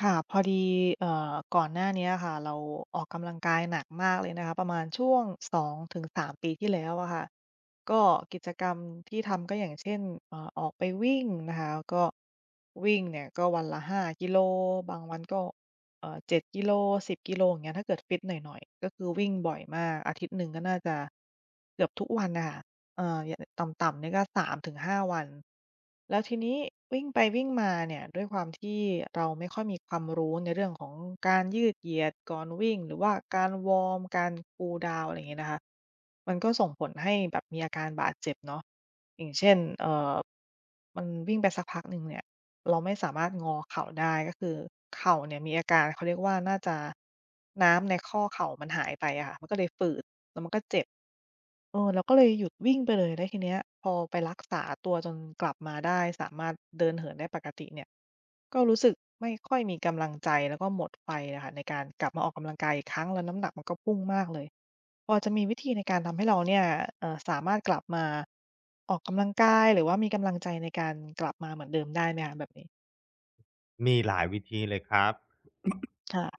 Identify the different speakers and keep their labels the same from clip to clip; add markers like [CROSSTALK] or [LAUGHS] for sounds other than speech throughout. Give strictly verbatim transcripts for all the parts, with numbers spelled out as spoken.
Speaker 1: ค่ะพอดีเอ่อก่อนหน้าเนี้ยค่ะเราออกกำลังกายหนักมากเลยนะคะประมาณช่วงสองถึงสามปีที่แล้วอะค่ะก็กิจกรรมที่ทำก็อย่างเช่นเอ่อออกไปวิ่งนะคะก็วิ่งเนี่ยก็วันละห้ากิโลบางวันก็เอ่อเจ็ดกิโลสิบกิโลอย่างเงี้ยถ้าเกิดฟิตหน่อยๆก็คือวิ่งบ่อยมากอาทิตย์หนึ่งก็น่าจะเกือบทุกวันน่ะค่ะ เอ่ออย่างต่ำๆเนี่ยก็สามถึงห้าวันแล้วทีนี้วิ่งไปวิ่งมาเนี่ยด้วยความที่เราไม่ค่อยมีความรู้ในเรื่องของการยืดเหยียดก่อนวิ่งหรือว่าการวอร์มการ cool down อะไรอย่างงี้นะคะมันก็ส่งผลให้แบบมีอาการบาดเจ็บเนาะอย่างเช่นเอ่อมันวิ่งไปสักพักหนึ่งเนี่ยเราไม่สามารถงอเข่าได้ก็คือเข่าเนี่ยมีอาการเขาเรียกว่าน่าจะน้ำในข้อเข่ามันหายไปอะค่ะมันก็เลยฝืดแล้วมันก็เจ็บ เออเราก็เลยหยุดวิ่งไปเลยแล้วทีเนี้ยพอไปรักษาตัวจนกลับมาได้สามารถเดินเหินได้ปกติเนี่ยก็รู้สึกไม่ค่อยมีกำลังใจแล้วก็หมดไฟอะค่ะในการกลับมาออกกำลังกายอีกครั้งแล้วน้ำหนักมันก็พุ่งมากเลยพอจะมีวิธีในการทำให้เราเนี่ยเอ่อสามารถกลับมาออกกำลังกายหรือว่ามีกำลังใจในการกลับมาเหมือนเดิมได้ไหมคะแบบนี้
Speaker 2: มีหลายวิธีเลยครับ
Speaker 1: ค่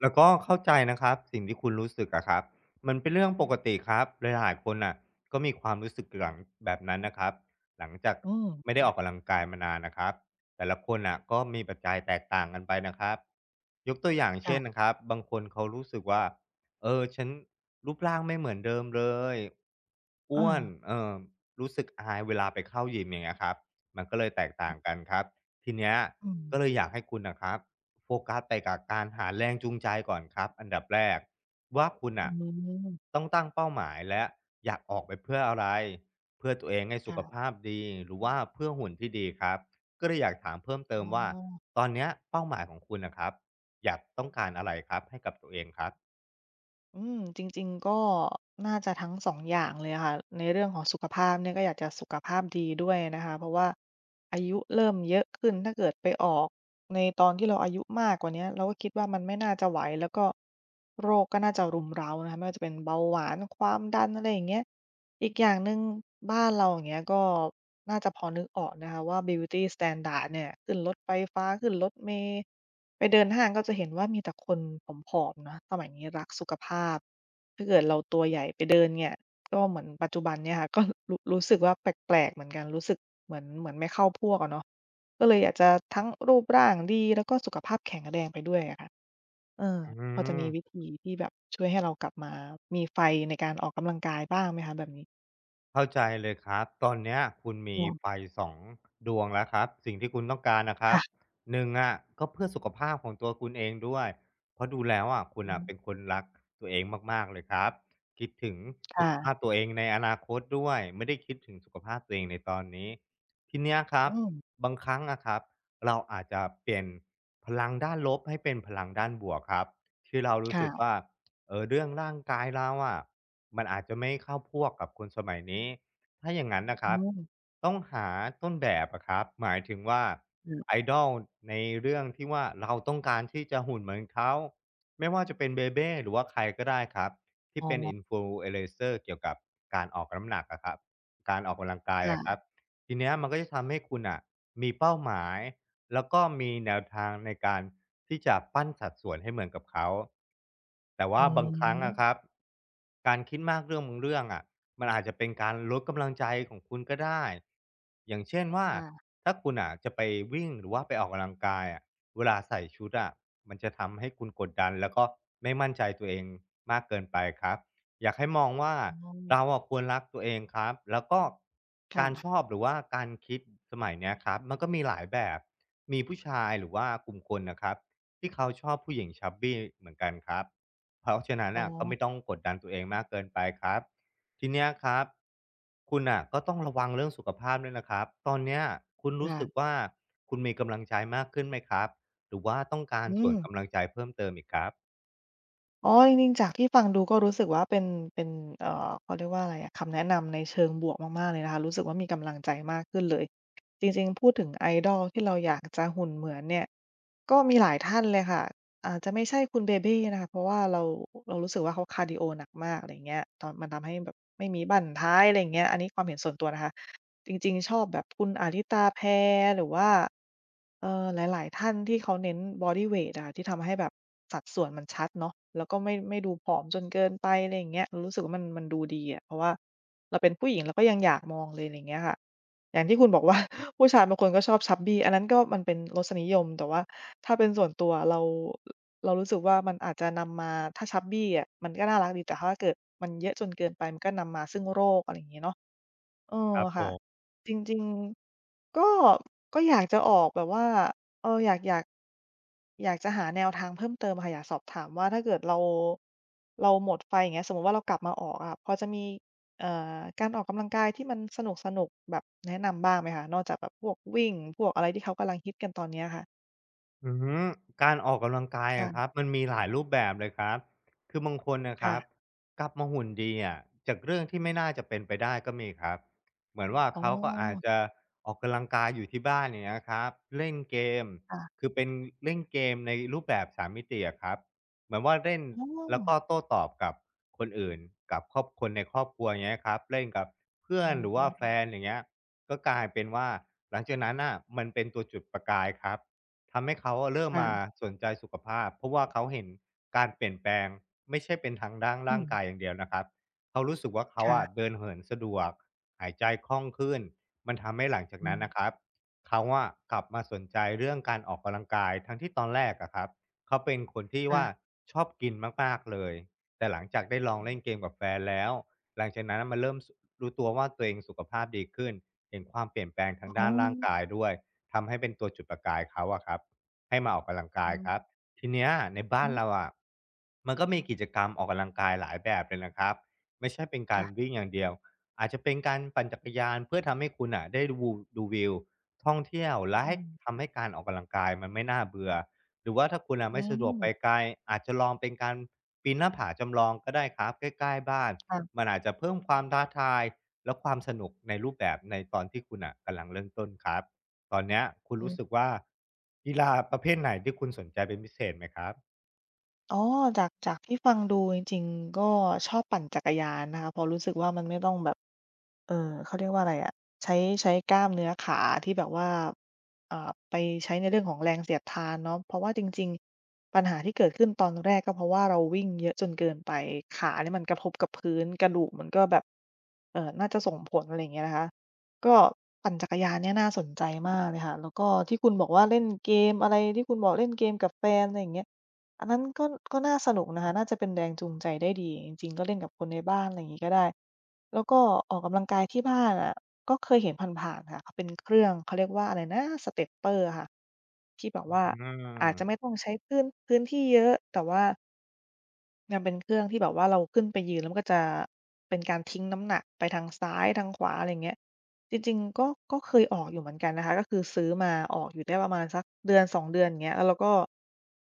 Speaker 2: แล้วก็เข้าใจนะครับสิ่งที่คุณรู้สึกอะครับ มันเป็นเรื่องปกติครับหลายๆคนอะก็มีความรู้สึกหลังแบบนั้นนะครับหลังจาก
Speaker 1: อืม
Speaker 2: ไม่ได้ออกกำลังกายมานานนะครับแต่ละคนอะก็มีปัจจัยแตกต่างกันไปนะครับยกตัวอย่างเช่น
Speaker 1: ค่ะ
Speaker 2: นะครับบางคนเขารู้สึกว่าเออฉันรูปร่างไม่เหมือนเดิมเลยอ้
Speaker 1: อา
Speaker 2: วนเออรู้สึกอายเวลาไปเข้ายิมอย่างเงี้ยครับมันก็เลยแตกต่างกันครับทีเนี้ย
Speaker 1: อืม
Speaker 2: ก็เลยอยากให้คุณนะครับ โฟกัสไปกับการหาแรงจูงใจก่อนครับอันดับแรกว่าคุณ
Speaker 1: อื
Speaker 2: อ่ะ
Speaker 1: ม
Speaker 2: ต้องตั้งเป้าหมายและอยากออกไปเพื่ออะไรเพื่อตัวเองให้สุข
Speaker 1: ค่ะ
Speaker 2: ภาพดีหรือว่าเพื่อหุ่นที่ดีครับก็เลยอยากถามเพิ่มเติม
Speaker 1: อ๋อ
Speaker 2: ว่าตอนเนี้ยเป้าหมายของคุณนะครับอยากต้องการอะไรครับให้กับตัวเองครับ
Speaker 1: อืมจริงๆก็น่าจะทั้งสองอย่างเลยค่ะในเรื่องของสุขภาพเนี่ยก็อยากจะสุขภาพดีด้วยนะคะเพราะว่าอายุเริ่มเยอะขึ้นถ้าเกิดไปออกในตอนที่เราอายุมากกว่าเนี้ยเราก็คิดว่ามันไม่น่าจะไหวแล้วก็โรคก็น่าจะรุมเร้านะคะไม่ว่าจะเป็นเบาหวานความดันอะไรอย่างเงี้ยอีกอย่างหนึ่งบ้านเราอย่างเงี้ยก็น่าจะพอนึกออกนะคะว่าบิวตีสแตนดาร์ดเนี่ยขึ้นรถไฟฟ้าขึ้นรถเมล์ ไปเดินห้างก็จะเห็นว่ามีแต่คนผอมๆเนาะสมัยนี้รักสุขภาพไปเดินเนี่ยก็เหมือนปัจจุบันเนี่ยค่ะ [LAUGHS] ก็รู้รู้สึกว่าแปลกๆเหมือนกันรู้สึกเหมือนเหมือนไม่เข้าพวกอะเนาะก็เลยอยากจะทั้งรูปร่างดีแล้วก็สุขภาพแข็งแรงไปด้วยอะค่ะเออ
Speaker 2: อื
Speaker 1: พอจะ
Speaker 2: ม
Speaker 1: มีวิธีที่แบบช่วยให้เรากลับมามีไฟในการออกกำลังกายบ้างไหมคะแบบนี้
Speaker 2: เข้าใจเลยครับตอนเนี้ยคุณมี
Speaker 1: อม
Speaker 2: ไฟสองดวงแล้วครับสิ่งที่คุณต้องการนะครับ
Speaker 1: ค่ะ
Speaker 2: หนึ่งอะก็เพื่อสุขภาพของตัวคุณเองด้วยเพราะดูแล้วอะคุณ
Speaker 1: อื
Speaker 2: อ่ะ
Speaker 1: ม
Speaker 2: เป็นคนรักตัวเองมากๆเลยครับคิดถึงสุขภาพ
Speaker 1: ค่ะ
Speaker 2: ตัวเองในอนาคตด้วยไม่ได้คิดถึงสุขภาพตัวเองในตอนนี้ทีเนี้ยครับ
Speaker 1: อืม
Speaker 2: บางครั้งอะครับเราอาจจะเปลี่ยนพลังด้านลบให้เป็นพลังด้านบวกครับที่เรารู้สึก
Speaker 1: ค่ะ
Speaker 2: ว่า เออเรื่องร่างกายเราอะมันอาจจะไม่เข้าพวกกับคนสมัยนี้ถ้าอย่างนั้นนะค
Speaker 1: อื
Speaker 2: รับ
Speaker 1: ม
Speaker 2: ต้องหาต้นแบบอะครับหมายถึงว่า
Speaker 1: อื
Speaker 2: ไอดอล ในเรื่องที่ว่าเราต้องการที่จะหุ่นเหมือนเขาไม่ว่าจะเป็นเบเบ้หรือว่าใครก็ได้ครับ
Speaker 1: อ
Speaker 2: ที่
Speaker 1: อ๋
Speaker 2: เป็น
Speaker 1: อ
Speaker 2: อินฟลูเอนเซอร์ เอเ c เซอร์เกี่ยวกับการออกน้ำหนักอะครับการออกกำลังกายอะครับ
Speaker 1: ค่ะ
Speaker 2: ทีเนี้ยมันก็จะทำให้คุณอ่ะมีเป้าหมาย แล้วก็มีแนวทางในการที่จะปั้นสัดส่วนให้เหมือนกับเขา แต่
Speaker 1: อื
Speaker 2: ว่าบางครั้งอะ
Speaker 1: ม
Speaker 2: ครับ การคิดมากเรื่องบางเรื่องอะมันอาจจะเป็นการลดกำลังใจของคุณก็ได้ อย่างเช่นว่า
Speaker 1: ค่ะ
Speaker 2: ถ้าคุณอะจะไปวิ่งหรือว่าไปออกกำลังกายอะเวลาใส่ชุดอะมันจะทำให้คุณกดดันแล้วก็ไม่มั่นใจตัวเองมากเกินไปครับ อยากให้มองว่า
Speaker 1: อ๋อ
Speaker 2: เราอะควรรักตัวเองครับแล้วก็การชอ
Speaker 1: ค่ะ
Speaker 2: บหรือว่าการคิดสมัยเนี้ยครับมันก็มีหลายแบบมีผู้ชายหรือว่ากลุ่มคนนะครับที่เขาชอบผู้หญิง c h บบี้เหมือนกันครับเพราะฉะนั้น
Speaker 1: อ๋อ
Speaker 2: น่ะก็ไม่ต้องกดดันตัวเองมากเกินไปครับทีเนี้ยครับคุณน่ะก็ต้องระวังเรื่องสุขภาพด้วยนะครับตอนเนี้ยคุณรู้
Speaker 1: ค่ะ
Speaker 2: สึกว่าคุณมีกำลังใจมากขึ้นไหมครับหรือว่าต้องการ
Speaker 1: อื
Speaker 2: ส่ว
Speaker 1: ม
Speaker 2: นกำลังใจเพิ่มเติมอีกครับ
Speaker 1: อ๋อจริงๆจากที่ฟังดูก็รู้สึกว่าเป็นเป็นเอ่อเขาเรียกว่าอะไรอะคำแนะนำในเชิงบวกมากๆเลยนะคะรู้สึกว่ามีกำลังใจมากขึ้นเลย จริงๆพูดถึง idol ที่เราอยากจะหุ่นเหมือนเนี่ยก็มีหลายท่านเลยค่ะอาจจะไม่ใช่คุณเบเบ้นะคะเพราะว่าเราเรารู้สึกว่าเขาคาร์ดีโอหนักมากอะไรอย่างเงี้ยตอนมันทำให้แบบไม่มีบั้นท้ายอะไรอย่างเงี้ยอันนี้ความเห็นส่วนตัวนะคะจริงๆชอบแบบคุณอาริตาแพหรือว่า เอ่อหลายๆท่านที่เขาเน้นบอดีเวตอะค่ะที่ทำให้แบบสัดส่วนมันชัดเนาะแล้วก็ไม่ไม่ดูผอมจนเกินไปอะไรอย่างเงี้ยเรารู้สึกว่ามันมันดูดีอะเพราะว่าเราเป็นผู้หญิงเราก็ยังอยากมองเลยอะไรอย่างเงี้ยค่ะอย่างที่คุณบอกว่า [LAUGHS] ผู้ชายบางคนก็ชอบ chubby อันนั้นก็มันเป็นรสนิยมแต่ว่าถ้าเป็นส่วนตัวเราเรารู้สึกว่ามันอาจจะนำมาถ้า chubby อะมันก็น่ารักดีแต่ถ้าเกิดมันเยอะจนเกินไปมันก็นำมาซึ่งโรคอะไรอย่างงี้เนาะ เออ
Speaker 2: ครับผ
Speaker 1: ค่ะ
Speaker 2: ม
Speaker 1: จริงๆก็ก็อยากจะออกแบบว่าเอออยากอยากอยากจะหาแนวทางเพิ่มเติมค่ะอยากสอบถามว่าถ้าเกิดเราเราหมดไฟอย่างเงี้ยสมมุติว่าเรากลับมาออกอะพอจะมีเอ่อการออกกำลังกายที่มันสนุกๆแบบแนะนำบ้างไหมคะนอกจากแบบพวกวิ่งพวกอะไรที่เขากำลังฮิตกันตอนเนี้ยค่ะ
Speaker 2: อืมการออกกำลังกายอะครับ
Speaker 1: ค่ะ
Speaker 2: มันมีหลายรูปแบบเลยครับคือบางคนนะค
Speaker 1: ค่ะ
Speaker 2: รับกลับมาหุ่นดีอะจากเรื่องที่ไม่น่าจะเป็นไปได้ก็มีครับเหมือนว่า
Speaker 1: อ๋อ
Speaker 2: เขาก็อาจจะออกกำลังกายอยู่ที่บ้านาเนี่ยนะครับเล่นเกม
Speaker 1: ค่ะ
Speaker 2: คือเป็นเล่นเกมในรูปแบบสามมิติอะครับเหมือนว่าเล่น
Speaker 1: อ๋อ
Speaker 2: แล้วก็โต้ตอบกับคนอื่นกับครอบคนในครอบครัวอย่างเงี้ยครับเล่นกับเพื่อ
Speaker 1: อื
Speaker 2: นหรือว่าแฟน
Speaker 1: ม
Speaker 2: อย่างเงี้ยก็กลายเป็นว่าหลังจากนั้นอ่ะมันเป็นตัวจุดประกายครับ ทำให้เขาอะเริ่มมา
Speaker 1: ค่ะ
Speaker 2: สนใจสุขภาพเพราะว่าเขาเห็นการเปลี่ยนแปลงไม่ใช่เป็นทางด้าน
Speaker 1: อื
Speaker 2: ร่า
Speaker 1: ม
Speaker 2: งกายอย่างเดียวนะครับเขารู้สึกว่าเขา
Speaker 1: ค่ะ
Speaker 2: อะเดินเหินสะดวกหายใจคล่องขึ้นมันทำให้หลังจาก
Speaker 1: อื
Speaker 2: นั้
Speaker 1: ม
Speaker 2: นนะครับเขาอะกลับมาสนใจเรื่องการออกกำลังกายทั้งที่ตอนแรกอะครับเขาเป็นคนที่ว่า
Speaker 1: ค่ะ
Speaker 2: ชอบกินมากๆเลยแต่หลังจากได้ลองเล่นเกมกับแฟนแล้วหลังจากนั้นมันเริ่มรู้ตัวว่าตัวเองสุขภาพดีขึ้นเห็นความเปลี่ยนแปลงทาง
Speaker 1: อ๋อ
Speaker 2: ด้านร่างกายด้วย ทำให้เป็นตัวจุดประกายเขาอะครับให้มาออกกำลังกาย
Speaker 1: อื
Speaker 2: ครับ
Speaker 1: ม
Speaker 2: ทีเนี้ยในบ้า
Speaker 1: อื
Speaker 2: นเรา
Speaker 1: ม
Speaker 2: อะมันก็มีกิจกรรมออกกำลังกายหลายแบบเลยนะครับไม่ใช่เป็นการ
Speaker 1: ค่ะ
Speaker 2: วิ่งอย่างเดียวอาจจะเป็นการปั่นจักรยานเพื่อทำให้คุณอะได้ดูดูวิวท่องเที่ยวและ
Speaker 1: อื
Speaker 2: ให้
Speaker 1: ม
Speaker 2: ทำให้การออกกำลังกายมันไม่น่าเบื่อหรือว่าถ้าคุณอะ
Speaker 1: อื
Speaker 2: ไม่สะดวกไป
Speaker 1: ม
Speaker 2: ไกลอาจจะลองเป็นการปีนหน้าผาจำลองก็ได้ครับใกล้ๆบ้าน
Speaker 1: ค่ะ
Speaker 2: มันอาจจะเพิ่มความท้าทาย แล้วความสนุกในรูปแบบในตอนที่คุณอ่ะกำลังเริ่มต้นครับตอนเนี้ยคุณ
Speaker 1: อื
Speaker 2: รู้สึก
Speaker 1: ม
Speaker 2: ว่ากีฬาประเภทไหนที่คุณสนใจเป็นพิเศษไหมครับ
Speaker 1: อ๋อจากจากที่ฟังดูจริงๆก็ชอบปั่นจักรยานนะคะเพราะรู้สึกว่ามันไม่ต้องแบบเอ่อเขาเรียกว่าอะไรอะใช้ใช้กล้ามเนื้อขาที่แบบว่าอ่าไปใช้ในเรื่องของแรงเสียดทานเนาะเพราะว่าจริงๆปัญหาที่เกิดขึ้นตอนแรกก็เพราะว่าเราวิ่งเยอะจนเกินไปขาเนี่ยมันกระทบกับพื้นกระดูกมันก็แบบเอ่อน่าจะส่งผลอะไรอย่างเงี้ยนะคะก็ปั่นจักรยานเนี่ยน่าสนใจมากเลยค่ะแล้วก็ที่คุณบอกว่าเล่นเกมอะไรที่คุณบอกเล่นเกมกับแฟนอะไรอย่างเงี้ย อันนั้นก็ก็น่าสนุกนะคะน่าจะเป็นแรงจูงใจได้ดีจริงๆก็เล่นกับคนในบ้านอะไรอย่างงี้ก็ได้แล้วก็ออกกำลังกายที่บ้านอะก็เคยเห็นผ่านๆค่ะเขาเป็นเครื่องเขาเรียกว่าอะไรนะ Stepper อะค่ะที่แบบว่า
Speaker 2: อ
Speaker 1: อาจ
Speaker 2: า
Speaker 1: จะไม่ต้องใช้พื้นพื้นที่เยอะแต่ว่า มันเป็นเครื่องที่แบบว่าเราขึ้นไปยืนแล้วมันก็จะเป็นการทิ้งน้ำหนักไปทางซ้ายทางขวาอะไรเงี้ยจริงๆก็ก็เคยออกอยู่เหมือนกันนะคะก็คือซื้อมาออกอยู่ได้ประมาณสักเดือนสองเดือนอย่างเงี้ยแล้วเราก็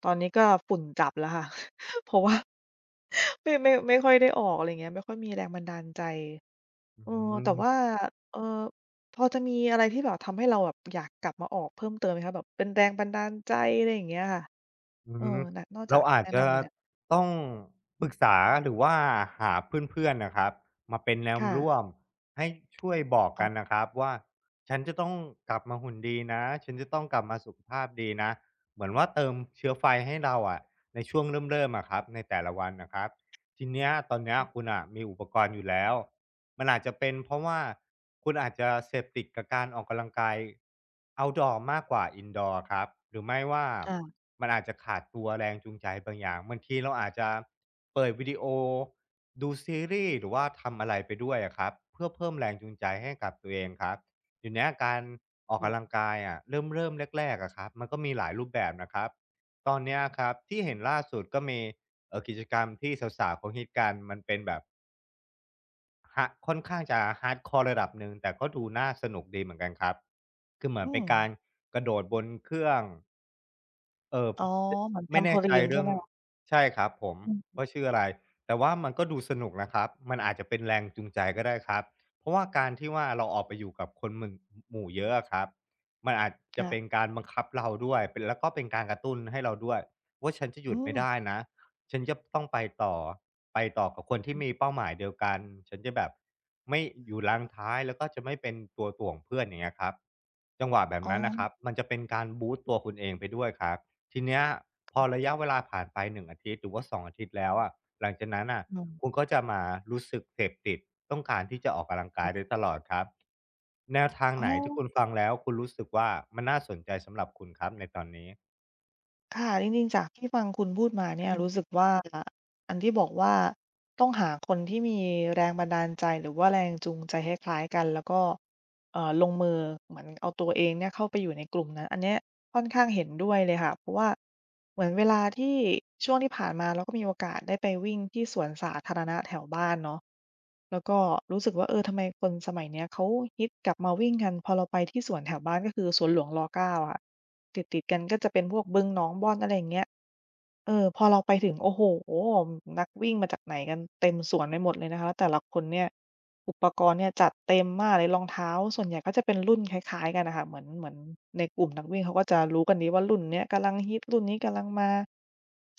Speaker 1: ตอนนี้ก็ฝุ่นจับแล้วค่ะ [LAUGHS] เพราะว่า [LAUGHS] ไม่ไม่ไม่ค่อยได้ออกอะไรเงี้ยไม่ค่อยมีแรงบันดาลใจ
Speaker 2: อื
Speaker 1: เออแต่ว่า
Speaker 2: ม
Speaker 1: เอ่อพอจะมีอะไรที่แบบทำให้เราแบบอยากกลับมาออกเพิ่มเติมไหมคะแบบเป็นแรงบันดาลใจอะไรอย่างเงี้ยค่ะ
Speaker 2: อื
Speaker 1: เออ
Speaker 2: ม
Speaker 1: นนอกจา
Speaker 2: เรา
Speaker 1: ก
Speaker 2: อาจ
Speaker 1: แนะ
Speaker 2: จะ
Speaker 1: นำมาแล้ว
Speaker 2: ต้องปรึกษาหรือว่าหาเพื่อนๆนะครับมาเป็นแนว
Speaker 1: ค่ะ
Speaker 2: ร่วมให้ช่วยบอก
Speaker 1: อ๋อ
Speaker 2: กันนะครับว่าฉันจะต้องกลับมาหุ่นดีนะฉันจะต้องกลับมาสุขภาพดีนะเหมือนว่าเติมเชื้อไฟให้เราอะในช่วงเริ่มๆอะครับในแต่ละวันน่ะครับทีเนี้ยตอนเนี้ยคุณน่ะมีอุปกรณ์อยู่แล้ว มันอาจจะเป็นเพราะว่าคุณอาจจะเสพติดกับการออกกำลังกาย outdoor มากกว่า indoor ครับหรือไม่ว่า
Speaker 1: ค่ะ
Speaker 2: มันอาจจะขาดตัวแรงจูงใจบางอย่างบางทีเราอาจจะเปิดวิดีโอดูซีรีส์หรือว่าทำอะไรไปด้วยอะครับเพื่อเพิ่มแรงจูงใจให้กับตัวเองครับเดี๋ยวเนี้ยการออกกำลังกายอะเริ่มเริ่มแรกๆอะครับมันก็มีหลายรูปแบบนะครับตอนเนี้ยครับที่เห็นล่าสุดก็มีเอ่อกิจกรรมที่สาวๆเขาฮิตกันมันเป็นแบบ ฮะค่อนข้างจะ hardcore รดคอร์ระดับหนึ่งแต่ก็ดูน่าสนุกดีเหมือนกันครับคือเหมือน
Speaker 1: อื
Speaker 2: เป็น
Speaker 1: ม
Speaker 2: การกระโดดบนเครื่อง เอ่อ
Speaker 1: อ๋อ
Speaker 2: จ
Speaker 1: เหมือน
Speaker 2: ไม่แน่ใจ
Speaker 1: Trampoline ใช่
Speaker 2: เรื่อง
Speaker 1: ไหมคะ
Speaker 2: ใช่ครับผม
Speaker 1: อืม
Speaker 2: ว่าชื่ออะไรแต่ว่ามันก็ดูสนุกนะครับมันอาจจะเป็นแรงจูงใจก็ได้ครับเพราะว่าการที่ว่าเราออกไปอยู่กับคนหมึ่งหมู่เยอะอะครับมันอาจจะ
Speaker 1: ค่ะ
Speaker 2: เป็นการบังคับเราด้วยเป็นแล้วก็เป็นการกระตุ้นให้เราด้วยว่าฉันจะหยุ
Speaker 1: อื
Speaker 2: ดไม่
Speaker 1: ม
Speaker 2: ได้นะฉันจะต้องไปต่อไปต่อกับคนที่มีเป้าหมายเดียวกันฉันจะแบบไม่อยู่รังท้ายแล้วก็จะไม่เป็นตัวถ่วงเพื่อนอย่างเงี้ยครับจังหวะแบบ
Speaker 1: อ๋อ
Speaker 2: นั้นน่ะครับมันจะเป็นการบูสต์ตัวคุณเองไปด้วยครับ ทีเนี้ยพอระยะเวลาผ่านไปหนึ่งอาทิตย์หรือว่าสององอาทิตย์แล้วอะหลังจากนั้นน่ะ
Speaker 1: อืม
Speaker 2: คุณก็จะมารู้สึกเสพติดต้องการที่จะออกกำลังกายโด
Speaker 1: ค่ะ
Speaker 2: ยตลอดครับแนวทาง
Speaker 1: อ๋อ
Speaker 2: ไหนที่คุณฟังแล้วคุณรู้สึกว่ามันน่าสนใจสำหรับคุณครับในตอนนี้
Speaker 1: ค่ะจริงๆจากที่ฟังคุณพูดมาเนี่ย รู้สึกว่า อันที่บอกว่า ต้องหาคนที่มีแรงบันดาลใจ หรือว่าแรงจูงใจคล้ายๆกัน แล้วก็ เอ่อลงมือเหมือนเอาตัวเองเนี่ยเข้าไปอยู่ในกลุ่มนั้นอันเนี้ยค่อนข้างเห็นด้วยเลยค่ะเพราะว่าเหมือนเวลาที่ช่วงที่ผ่านมาเราก็มีโอกาสได้ไปวิ่งที่สวนสาธารณะแถวบ้านเนาะแล้วก็รู้สึกว่าเออทำไมคนสมัยเนี้ยเขาฮิตกลับมาวิ่งกันพอเราไปที่สวนแถวบ้านก็คือสวนหลวงรเก้าอะค่ะติดๆกันก็จะเป็นพวกบึงหนองบอนอะไรอย่างเงี้ย เออพอเราไปถึงโอ้โฮนักวิ่งมาจากไหนกันเต็มสวนไปหมดเลยนะคะแต่ละคนเนี่ยอุปกรณ์เนี่ยจัดเต็มมากเลยรองเท้าส่วนใหญ่ก็จะเป็นรุ่นคล้ายๆกันน่ะค่ะเหมือนเหมือนในกลุ่มนักวิ่งเขาก็จะรู้กันดีว่ารุ่นเนี้ยกำลังฮิตรุ่นนี้กำลังมา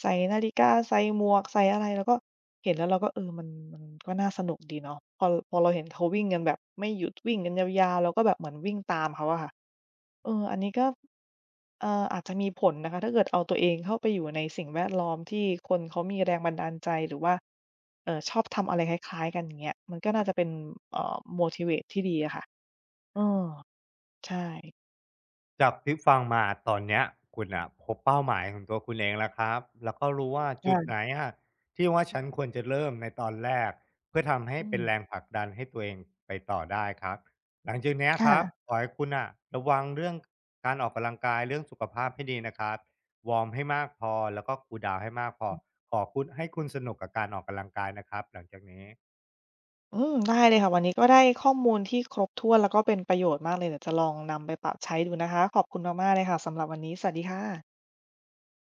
Speaker 1: ใส่นาฬิกาใส่หมวกใส่อะไรเราก็เห็นแล้วเราก็เออมันมันก็น่าสนุกดีเนาะพอพอเราเห็นเขาวิ่งกันแบบไม่หยุดวิ่งกันยาวๆเราก็แบบเหมือนวิ่งตามเขาอะค่ะ เอออันนี้ก็เอ่ออาจจะมีผลนะคะถ้าเกิดเอาตัวเองเข้าไปอยู่ในสิ่งแวดล้อมที่คนเขามีแรงบันดาลใจหรือว่าเอ่อชอบทำอะไรคล้ายๆกันอย่างเงี้ยมันก็น่าจะเป็นเอ่อ motivate ที่ดีอะค่ะเออใช่
Speaker 2: จากที่ฟังมาตอนเนี้ยคุณอ่ะพบเป้าหมายของตัวคุณเองแล้วครับแล้วก็รู้ว่าจุดไหน
Speaker 1: ค่ะ
Speaker 2: อะที่ว่าฉันควรจะเริ่มในตอนแรกเพื่อทำให้
Speaker 1: อื
Speaker 2: เป็นแรง
Speaker 1: ม
Speaker 2: ผลักดันให้ตัวเองไปต่อได้ครับหลังจากเนี้ยค
Speaker 1: ค่ะ
Speaker 2: รับขอให้คุณอ่ะระวังเรื่องการออกกำลังกายเรื่องสุขภาพให้ดีนะครับวอร์มให้มากพอแล้วก็คูลดาวน์ให้มากพอขอคุณให้คุณสนุกกับการออกกำลังกายนะครับหลังจากนี้
Speaker 1: อืมได้เลยค่ะวันนี้ก็ได้ข้อมูลที่ครบถ้วนแล้วก็เป็นประโยชน์มากเลยเดี๋ยวจะลองนำไปปรับใช้ดูนะคะ ขอบคุณมากๆเลยค่ะสำหรับวันนี้สวัสดีค่ะ